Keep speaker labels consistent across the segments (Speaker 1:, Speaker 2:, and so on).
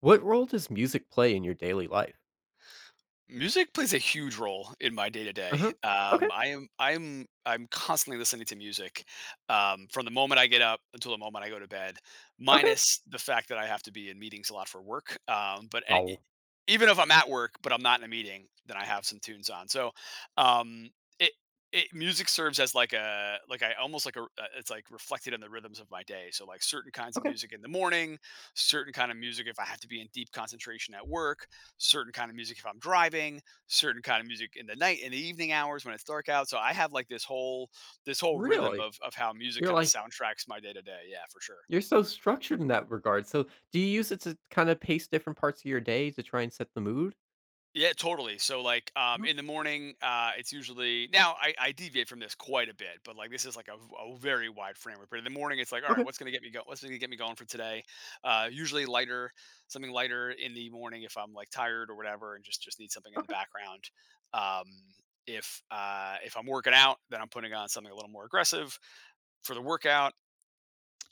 Speaker 1: What role does music play in your daily life?
Speaker 2: Music plays a huge role in my day to day.
Speaker 1: Uh-huh. Okay,
Speaker 2: I am I'm constantly listening to music from the moment I get up until the moment I go to bed,
Speaker 1: okay.
Speaker 2: minus the fact that I have to be in meetings a lot for work.
Speaker 1: Oh.
Speaker 2: Even if I'm at work, but I'm not in a meeting, then I have some tunes on. So um, it, it music serves as like a like I almost like a it's like reflected in the rhythms of my day. So like certain kinds of
Speaker 1: Okay.
Speaker 2: music in the morning, certain kind of music if I have to be in deep concentration at work, certain kind of music if I'm driving, certain kind of music in the night, in the evening hours when it's dark out. So I have like this whole rhythm
Speaker 1: Really?
Speaker 2: of how music
Speaker 1: You're
Speaker 2: kind of
Speaker 1: like
Speaker 2: soundtracks my day to day. Yeah, for sure.
Speaker 1: you're so structured in that regard. So, do you use it to kinda pace different parts of your day to try and set the mood?
Speaker 2: Yeah, totally. So like
Speaker 1: Mhm.
Speaker 2: in the morning, it's usually now I deviate from this quite a bit, but like this is like a very wide framework. But in the morning it's like, all right,
Speaker 1: Okay,
Speaker 2: what's gonna get me go? What's gonna get me going for today? Uh, usually lighter, something lighter in the morning if I'm like tired or whatever and just need something in the
Speaker 1: okay.
Speaker 2: background. Um if I'm working out, then I'm putting on something a little more aggressive for the workout.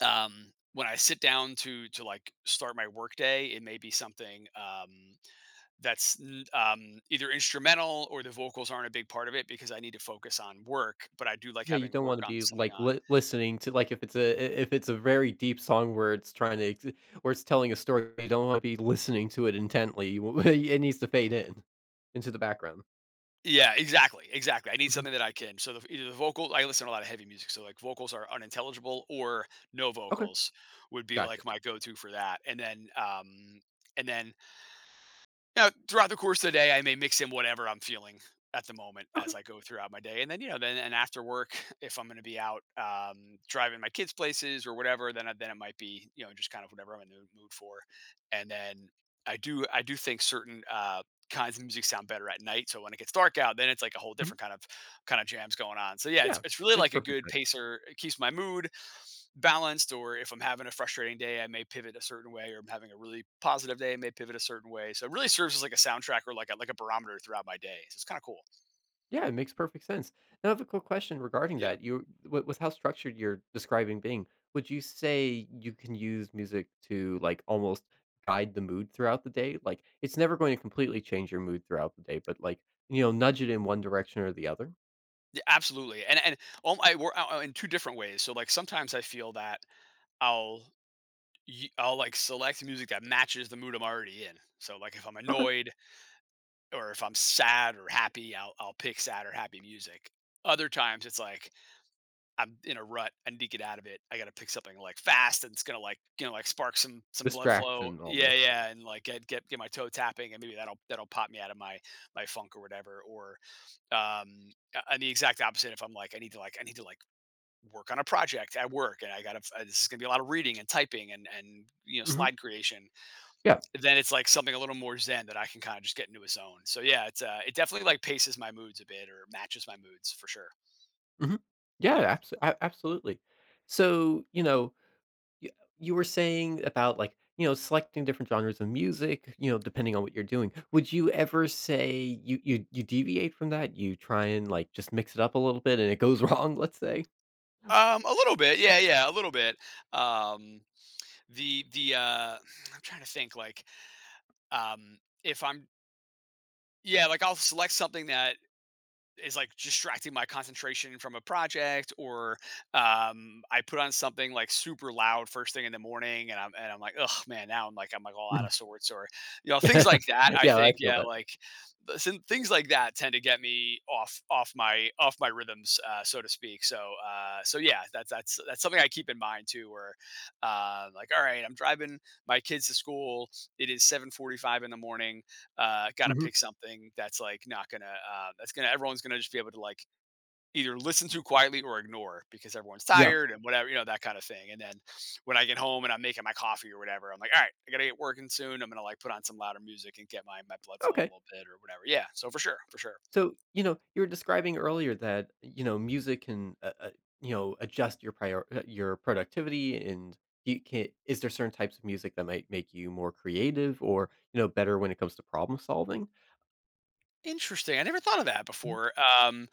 Speaker 2: Um, when I sit down to like start my workday, it may be something that's either instrumental or the vocals aren't a big part of it because I need to focus on work. But I do like
Speaker 1: Yeah, you
Speaker 2: having
Speaker 1: don't
Speaker 2: work
Speaker 1: wanna
Speaker 2: on
Speaker 1: be,
Speaker 2: something
Speaker 1: like,
Speaker 2: on.
Speaker 1: li listening to, like, if it's a very deep song where it's trying to ex where it's telling a story, you don't wanna be listening to it intently. You w it needs to fade in into the background.
Speaker 2: Yeah, exactly, exactly. I need
Speaker 1: Mhm.
Speaker 2: something that I can. So either the vocal, I listen to a lot of heavy music, so like vocals are unintelligible or no
Speaker 1: Okay,
Speaker 2: vocals would be
Speaker 1: gotcha.
Speaker 2: like my go-to for that. And then Now, throughout the course of the day, I may mix in whatever I'm feeling at the moment
Speaker 1: Okay.
Speaker 2: as I go throughout my day. And then, you know, then and after work, if I'm going to be out driving my kids places or whatever, then it might be, you know, just kind of whatever I'm in the mood for. And then I do think certain kinds of music sound better at night. So when it gets dark out, then it's like a whole
Speaker 1: Mhm.
Speaker 2: different kind of jams going on. So yeah,
Speaker 1: Yeah,
Speaker 2: it's really
Speaker 1: makes
Speaker 2: like a
Speaker 1: perfect
Speaker 2: good
Speaker 1: sense.
Speaker 2: pacer. It keeps my mood balanced, or if I'm having a frustrating day I may pivot a certain way, or I'm having a really positive day I may pivot a certain way, so it really serves as like a soundtrack or like a barometer throughout my day, so it's kind of cool.
Speaker 1: Yeah, it makes perfect sense. Now, I have a quick question regarding
Speaker 2: Yeah,
Speaker 1: that. With how structured you're describing being, would you say you can use music to like almost guide the mood throughout the day? Like, it's never going to completely change your mood throughout the day, but like, you know, nudge it in one direction or the other.
Speaker 2: yeah, absolutely. And I work out in two different ways, so like sometimes I feel that I'll I'll like select music that matches the mood I'm already in. So like if I'm
Speaker 1: Okay.
Speaker 2: annoyed or if I'm sad or happy, I'll pick sad or happy music. Other times it's like I'm in a rut. I need to get out of it. I got to pick something like fast and it's gonna like, you know, like spark some blood flow.
Speaker 1: Distraction
Speaker 2: Yeah,
Speaker 1: almost.
Speaker 2: yeah, and like get my toe tapping, and maybe that'll pop me out of my funk or whatever. Or and the exact opposite if I'm like, I need to like, I need to like work on a project at work and I gotta, this is gonna be a lot of reading and typing and, you know,
Speaker 1: Hmm.
Speaker 2: slide creation.
Speaker 1: Yeah.
Speaker 2: Then it's like something a little more zen that I can kind of just get into a zone. So yeah, it's it definitely like paces my moods a bit or matches my moods for sure.
Speaker 1: Hmm. Yeah.
Speaker 2: Yeah.
Speaker 1: Absolutely. So, you know, you you were saying about, like, you know, selecting different genres of music, you know, depending on what you're doing. Would you ever say you deviate from that? You try and, like, just mix it up a little bit and it goes wrong, let's say?
Speaker 2: A little bit. Yeah, yeah, a little bit. Um, the I'm trying to think like, if I'm, yeah, like I'll select something that is like distracting my concentration from a project. Or I put on something like super loud first thing in the morning and I'm like, oh man, now I'm like, all out
Speaker 1: Mhm.
Speaker 2: of sorts. Or, you know, things like that, I
Speaker 1: Yeah, I
Speaker 2: think.
Speaker 1: feel
Speaker 2: Yeah,
Speaker 1: that.
Speaker 2: like things like that tend to get me off my rhythms, so to speak. So so yeah, that's that's something I keep in mind too, where, like, all right, I'm driving my kids to school, it is 7:45 in the morning, got to
Speaker 1: Mhm.
Speaker 2: pick something that's like not gonna that's gonna everyone's gonna just be able to like either listen to quietly or ignore because everyone's
Speaker 1: Yeah.
Speaker 2: tired and whatever, you know, that kind of thing. And then when I get home and I'm making my coffee or whatever, I'm like, all right, I gotta get working soon. I'm gonna like put on some louder music and get my blood flowing a
Speaker 1: Okay.
Speaker 2: little bit or whatever. Yeah, so for sure, for sure.
Speaker 1: So, you know, you were describing earlier that, you know, music can, you know, adjust your prior your productivity and you can is there certain types of music that might make you more creative or, you know, better when it comes to problem solving?
Speaker 2: Interesting. I never thought of that
Speaker 1: Mhm.
Speaker 2: before. Um,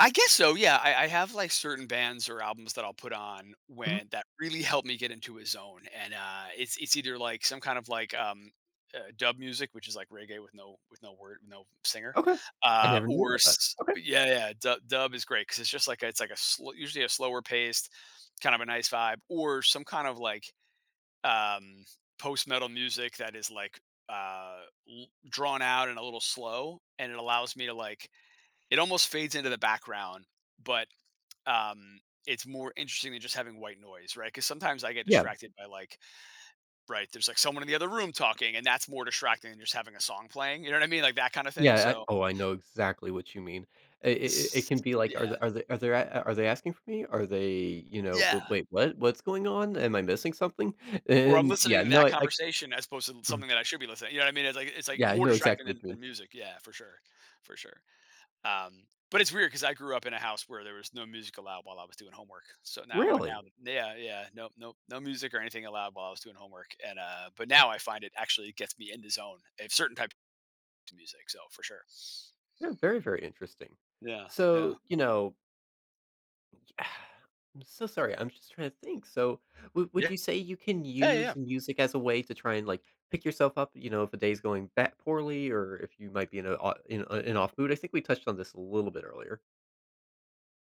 Speaker 2: I guess so, yeah. I have, like, certain bands or albums that I'll put on
Speaker 1: Mhm.
Speaker 2: when that really help me get into a zone. And, it's either like some kind of like, dub music, which is like reggae with no word no singer.
Speaker 1: Okay. I never knew
Speaker 2: Or
Speaker 1: about that.
Speaker 2: s
Speaker 1: Okay.
Speaker 2: Yeah, yeah, du dub is great because it's just like a it's like a sl usually a slower paced, kind of a nice vibe. Or some kind of like, um, post metal music that is like, uh, l drawn out and a little slow, and it allows me to like, it almost fades into the background, but um, it's more interesting than just having white noise, right? Because sometimes I get
Speaker 1: Yeah.
Speaker 2: distracted by like, right, there's like someone in the other room talking, and that's more distracting than just having a song playing. You know what I mean? Like that kind of thing. So
Speaker 1: I know exactly what you mean. I it
Speaker 2: s-
Speaker 1: can be like,
Speaker 2: yeah,
Speaker 1: are they a are they asking for me? Are they, you know, "W
Speaker 2: yeah.
Speaker 1: wait, what? What's going on? Am I missing something?"
Speaker 2: Or I'm
Speaker 1: And
Speaker 2: listening
Speaker 1: yeah,
Speaker 2: to
Speaker 1: no,
Speaker 2: that
Speaker 1: I
Speaker 2: conversation as opposed to
Speaker 1: mhm,
Speaker 2: something that I should be listening. You know what I mean? It's like
Speaker 1: yeah, I
Speaker 2: more
Speaker 1: know
Speaker 2: distracting
Speaker 1: exactly what you mean.
Speaker 2: than music. Yeah, for sure, for sure. But it's weird because I grew up in a house where there was no music allowed while I was doing homework. So now, but now,
Speaker 1: Really?
Speaker 2: yeah, yeah, no, no, no music or anything allowed while I was doing homework. And but now I find it actually gets me in the zone of certain type of music. So for sure,
Speaker 1: Yeah, very, very interesting.
Speaker 2: yeah,
Speaker 1: So,
Speaker 2: yeah.
Speaker 1: you know, I'm so sorry. I'm just trying to think. So, would
Speaker 2: Yeah,
Speaker 1: you say you can
Speaker 2: yeah, yeah.
Speaker 1: use music as a way to try and like pick yourself up? You know, if a day's going that poorly, or if you might be in a o- in a- an off mood. I think we touched on this a little bit earlier.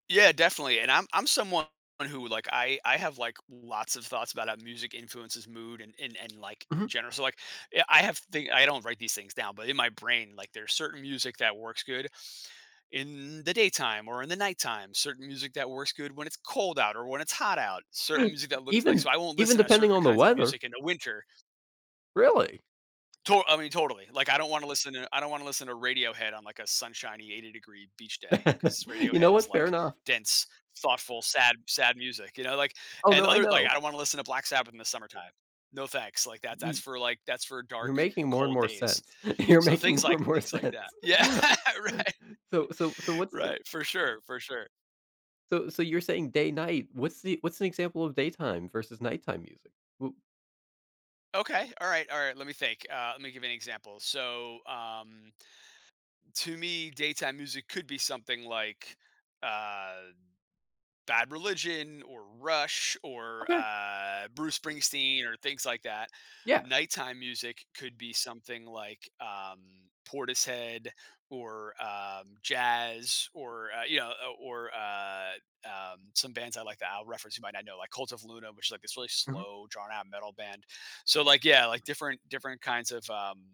Speaker 2: Yeah, definitely. And I'm someone who, like, I have like lots of thoughts about how music influences mood and like
Speaker 1: Mhm.
Speaker 2: general. So like, yeah, I have thing I don't write these things down, but in my brain, like, there's certain music that works good in the daytime or in the nighttime. Certain music that works good when it's cold out or when it's hot out. Certain music that looks like,
Speaker 1: Even
Speaker 2: so I won't
Speaker 1: even
Speaker 2: listen to
Speaker 1: depending
Speaker 2: certain
Speaker 1: on the
Speaker 2: kinds of
Speaker 1: weather,
Speaker 2: music in the winter.
Speaker 1: really.
Speaker 2: To I mean, totally. Like, I don't wanna listen to Radiohead on, like, a sunshiny 80-degree beach day, because
Speaker 1: You know
Speaker 2: Radiohead
Speaker 1: what?
Speaker 2: is,
Speaker 1: Fair
Speaker 2: like,
Speaker 1: enough.
Speaker 2: dense, thoughtful, sad music, you know, like,
Speaker 1: Oh
Speaker 2: and
Speaker 1: no, I
Speaker 2: other like,
Speaker 1: know.
Speaker 2: I don't wanna listen to Black Sabbath in the summertime. No thanks, like, that
Speaker 1: Y-
Speaker 2: that's for
Speaker 1: You're
Speaker 2: dark,
Speaker 1: making more and
Speaker 2: cold
Speaker 1: more
Speaker 2: days.
Speaker 1: sense. You're
Speaker 2: So
Speaker 1: making more and more
Speaker 2: things like
Speaker 1: sense.
Speaker 2: that. Yeah, right,
Speaker 1: So so so what's
Speaker 2: right, for sure, for sure.
Speaker 1: So so you're saying day night. What's an example of daytime versus nighttime music? Well,
Speaker 2: Okay, alright, alright, let me think. Uh, let me give you an example. So, to me, daytime music could be something like, uh Bad Religion or Rush or,
Speaker 1: okay,
Speaker 2: Bruce Springsteen or things like that.
Speaker 1: yeah.
Speaker 2: Nighttime music could be something like, Portishead or, jazz, or some bands I like that I'll reference you might not know, like Cult of Luna, which is like this really
Speaker 1: Mhm.
Speaker 2: slow, drawn out metal band. So like, yeah, like different kinds of um,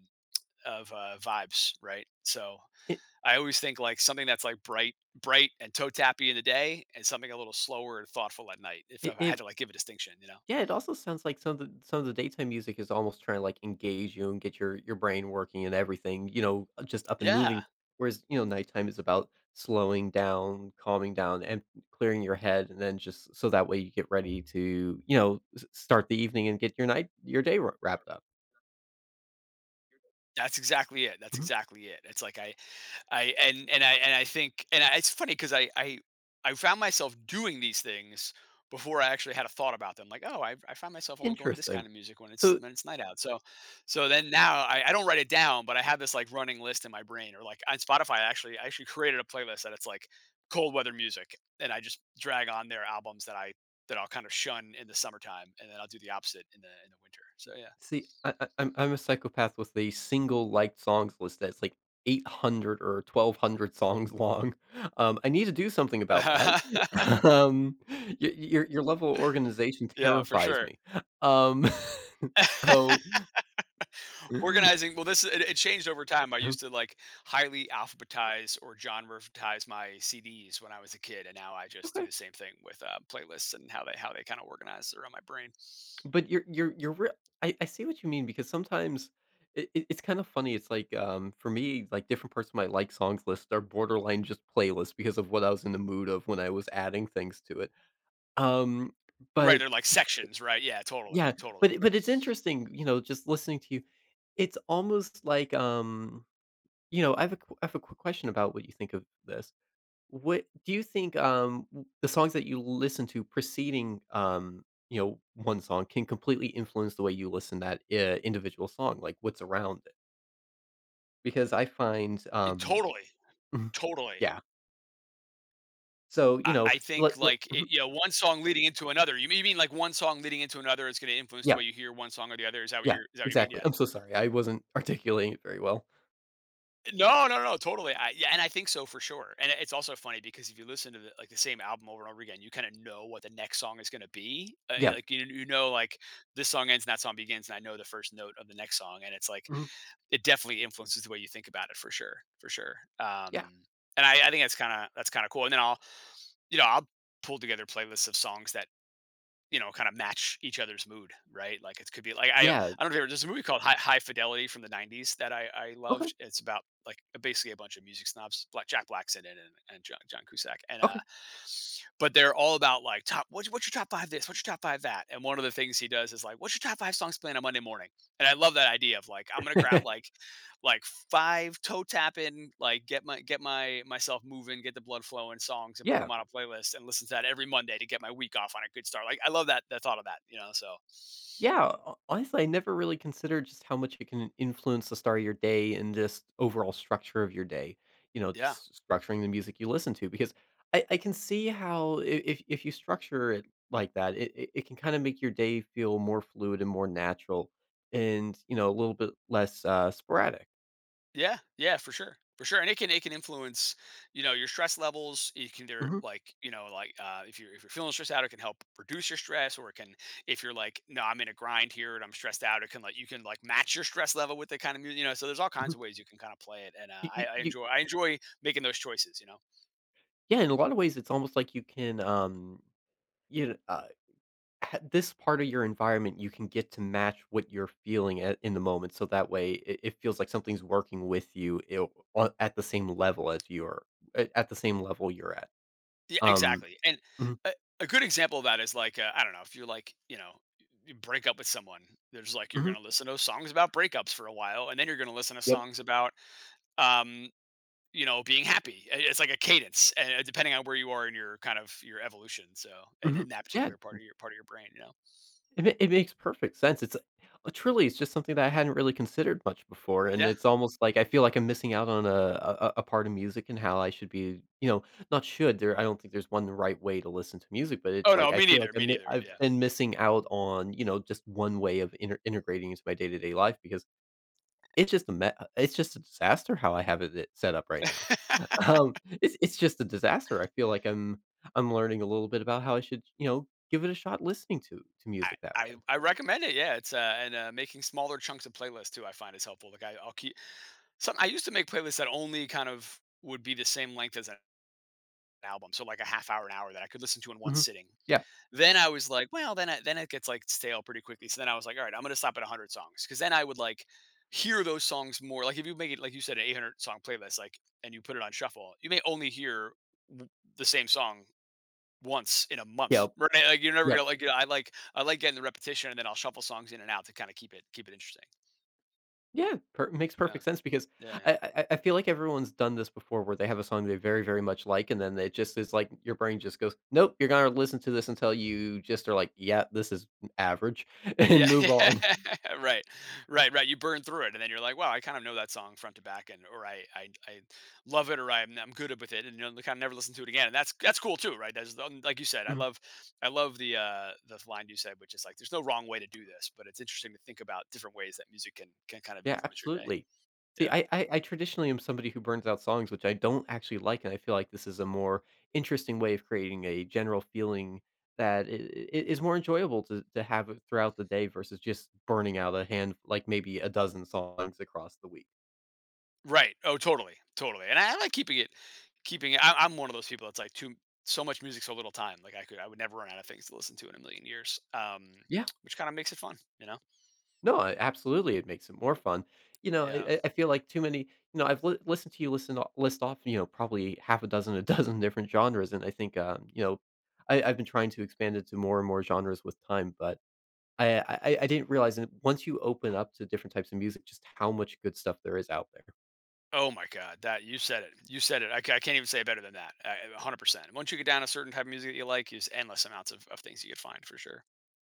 Speaker 2: of uh, vibes, right? So
Speaker 1: It
Speaker 2: I always think like something that's like bright and toe tappy in the day, and something a little slower and thoughtful at night. If
Speaker 1: it
Speaker 2: I
Speaker 1: it
Speaker 2: had to like give a distinction, you know?
Speaker 1: yeah, it also sounds like some of the daytime music is almost trying to, like, engage you and get your brain working and everything, you know, just up and
Speaker 2: Yeah,
Speaker 1: moving, whereas, you know, nighttime is about slowing down, calming down, and clearing your head, and then just so that way you get ready to, you know, s start the evening and get your night your day wrapped up.
Speaker 2: that's exactly it. That's
Speaker 1: Mhm.
Speaker 2: exactly it. It's like I and I think and I, it's funny because I found myself doing these things before I actually had a thought about them. Like, oh, I find myself only going to this
Speaker 1: Interesting.
Speaker 2: kind of music when it's
Speaker 1: So
Speaker 2: when it's night out. So so then now I don't write it down, but I have this like running list in my brain or like on Spotify. I actually created a playlist that it's like cold weather music, and I just drag on their albums that I'll kind of shun in the summertime, and then I'll do the opposite in the winter. So
Speaker 1: see, I'm I'm a psychopath with a single liked songs list that's, like, 800 or 1,200 songs long. I need to do something about that.
Speaker 2: yeah,
Speaker 1: Um, your level of organization
Speaker 2: yeah, for
Speaker 1: terrifies
Speaker 2: sure.
Speaker 1: me. Um, so
Speaker 2: Organizing, well this it changed over time. I used to like highly alphabetize or genretize my CDs when I was a kid, and now I just do
Speaker 1: okay.
Speaker 2: the same thing with playlists and how they kind of organize around my brain.
Speaker 1: But you're rea I see what you mean because sometimes it's kind of funny. It's like, for me, like, different parts of my liked songs list are borderline just playlists because of what I was in the mood of when I was adding things to it. Um,
Speaker 2: Right,
Speaker 1: but
Speaker 2: they're like sections, right? Yeah, totally,
Speaker 1: yeah,
Speaker 2: totally.
Speaker 1: but it's interesting, you know, just listening to you. It's almost like, you know, I have a quick question about what you think of this. What do you think, the songs that you listen to preceding, you know, one song can completely influence the way you listen that individual song, like what's around it? Because I find,
Speaker 2: It- totally, totally.
Speaker 1: yeah. So you know,
Speaker 2: I think like
Speaker 1: mhm,
Speaker 2: it, you know, one song leading into another. You mean like one song leading into another is going to influence the
Speaker 1: yeah,
Speaker 2: way you hear one song or the other? Is that what
Speaker 1: yeah,
Speaker 2: you're? Is that what you mean?
Speaker 1: exactly.
Speaker 2: Yeah.
Speaker 1: I'm so sorry, I wasn't articulating it very well.
Speaker 2: No, no, no, totally. I, yeah, and I think so, for sure. And it's also funny because if you listen to the, like the same album over and over again, you kind of know what the next song is going to be.
Speaker 1: Yeah,
Speaker 2: Like you know, like this song ends and that song begins, and I know the first note of the next song, and it's like
Speaker 1: mhm,
Speaker 2: it definitely influences the way you think about it, for sure, for sure.
Speaker 1: yeah.
Speaker 2: And I think that's kind of cool. And then I'll, you know, I'll pull together playlists of songs that, you know, kind of match each other's mood, right? Like it could be like I
Speaker 1: Yeah.
Speaker 2: I don't know if you ever- there's a movie called High Fidelity from the '90s that I
Speaker 1: Okay.
Speaker 2: loved. It's about like basically a bunch of music snobs. Black Jack Black's in it, and John Cusack, and
Speaker 1: Okay.
Speaker 2: but they're all about like top. What's your top five this? What's your top five that? And one of the things he does is like, what's your top five songs playing on Monday morning? And I love that idea of like I'm gonna grab like five toe tapping, like, get my myself moving, get the blood flowing songs and put
Speaker 1: Yeah.
Speaker 2: them on a playlist and listen to that every Monday to get my week off on a good start. Like, I love that, the thought of that, you know, so
Speaker 1: Yeah. ho Honestly, I never really considered just how much it can influence the start of your day and just overall structure of your day. You know,
Speaker 2: yeah.
Speaker 1: just structuring the music you listen to because I can see how I if you structure it like that, it can kinda make your day feel more fluid and more natural and, you know, a little bit less, sporadic.
Speaker 2: Yeah, yeah, for sure, and it can influence, you know, your stress levels. It can either,
Speaker 1: Mhm.
Speaker 2: like, you know, like, if you're feeling stressed out, it can help reduce your stress, or it can, if you're like, "No, I'm in a grind here and I'm stressed out," it can, like you can, like, match your stress level with the kind of music. You know, so there's all kinds
Speaker 1: Mhm.
Speaker 2: of ways you can kinda play it, and,
Speaker 1: You you
Speaker 2: I I
Speaker 1: you
Speaker 2: enjoy I enjoy making those choices, you know?
Speaker 1: yeah, in a lot of ways, it's almost like you can, you know. This part of your environment you can get to match what you're feeling in the moment so that way it feels like something's working with you on, at the same level you're at.
Speaker 2: Yeah,
Speaker 1: Um,
Speaker 2: exactly, and
Speaker 1: mhm,
Speaker 2: a a good example of that is, like, I don't know, if you're, like, you know, you break up with someone, there's, like, you're
Speaker 1: mhm,
Speaker 2: gonna listen to songs about breakups for a while, and then you're gonna listen to
Speaker 1: yep,
Speaker 2: songs about, um, you know, being happy. I it's like a cadence, and, depending on where you are in your kind of your evolution, so and
Speaker 1: mhm,
Speaker 2: in that
Speaker 1: yeah.
Speaker 2: particular part of your brain, you know?
Speaker 1: It makes perfect sense. It's truly, it's just something that I hadn't really considered much before, and
Speaker 2: Yeah.
Speaker 1: it's almost like I feel like I'm missing out on a part of music and how I should be, you know, not should, there I don't think there's one right way to listen to music, but it's
Speaker 2: Oh,
Speaker 1: like
Speaker 2: no,
Speaker 1: I feel like
Speaker 2: me neither,
Speaker 1: I've
Speaker 2: yeah.
Speaker 1: been missing out on, you know, just one way of inter integrating into my day-to-day life because it's just a disaster how I have it set up right now. Um, it's just a disaster. I feel like I'm learning a little bit about how I should, you know, give it a shot listening to
Speaker 2: I
Speaker 1: music that way.
Speaker 2: I I recommend it, yeah, it's, and, making smaller chunks of playlists too I find is helpful, like, I I'll keep. Some I used to make playlists that only kind of would be the same length as an album, so like a half hour, an hour that I could listen to in one
Speaker 1: Mhm.
Speaker 2: sitting.
Speaker 1: Yeah.
Speaker 2: Then I was like, well, then I, then it gets like stale pretty quickly. So then I was like, all right, I'm gonna stop at 100 songs, because then I would like hear those songs more. Like if you make it, like you said, an 800 song playlist, like and you put it on shuffle, you may only hear w- the same song once in a month.
Speaker 1: Yep.
Speaker 2: Right? Like you're never
Speaker 1: Yep.
Speaker 2: gonna like. You know, I like getting the repetition, and then I'll shuffle songs in and out to kind of keep it interesting.
Speaker 1: Yeah, per makes
Speaker 2: Yeah,
Speaker 1: perfect sense because
Speaker 2: yeah, yeah.
Speaker 1: I feel like everyone's done this before where they have a song they very, very much like, and then it just is like your brain just goes, "Nope, you're gonna listen to this until you just are like, yeah, this is average," and
Speaker 2: Yeah,
Speaker 1: move
Speaker 2: yeah,
Speaker 1: on.
Speaker 2: right, right, right. You burn through it, and then you're like, "Wow, I kind of know that song front to back, and or I love it, or I'm good with it," and you know, kind of never listen to it again. And that's cool too, right? Like you said, I love the line you said, which is like, "There's no wrong way to do this," but it's interesting to think about different ways that music can kind of
Speaker 1: Yeah,
Speaker 2: influence your day.
Speaker 1: absolutely. See,
Speaker 2: Yeah,
Speaker 1: I, I I traditionally am somebody who burns out songs, which I don't actually like, and I feel like this is a more interesting way of creating a general feeling that is more enjoyable to have it throughout the day versus just burning out a hand like maybe a dozen songs across the week.
Speaker 2: right. Oh, totally, totally. And I like keeping it. I'm one of those people that's like too so much music, so little time. Like I could, I would never run out of things to listen to in a million years.
Speaker 1: Yeah,
Speaker 2: Which kind of makes it fun, you know.
Speaker 1: no, absolutely, it makes it more fun. You know, I,
Speaker 2: Yeah.
Speaker 1: I I feel like too many. You know, listened to you list off. You know, probably half a dozen, a dozen different genres, and I think you know, I've been trying to expand it to more and more genres with time, but I didn't realize that once you open up to different types of music, just how much good stuff there is out there.
Speaker 2: Oh my God. That you said it. You said it. I can't even say it better than that. 100%. Once you get down a certain type of music that you like, there's endless amounts of things you could find for sure.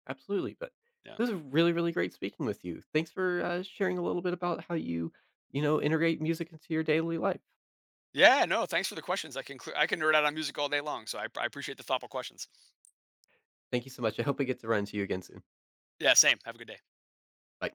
Speaker 1: Absolutely, but
Speaker 2: Yeah.
Speaker 1: this is really, really great speaking with you. Thanks for, sharing a little bit about how you, you know, integrate music into your daily life.
Speaker 2: Yeah. No, thanks for the questions. I can nerd out on music all day long. So I appreciate the thoughtful questions.
Speaker 1: Thank you so much. I hope I get to run into you again soon.
Speaker 2: Yeah. Same. Have a good day.
Speaker 1: Bye.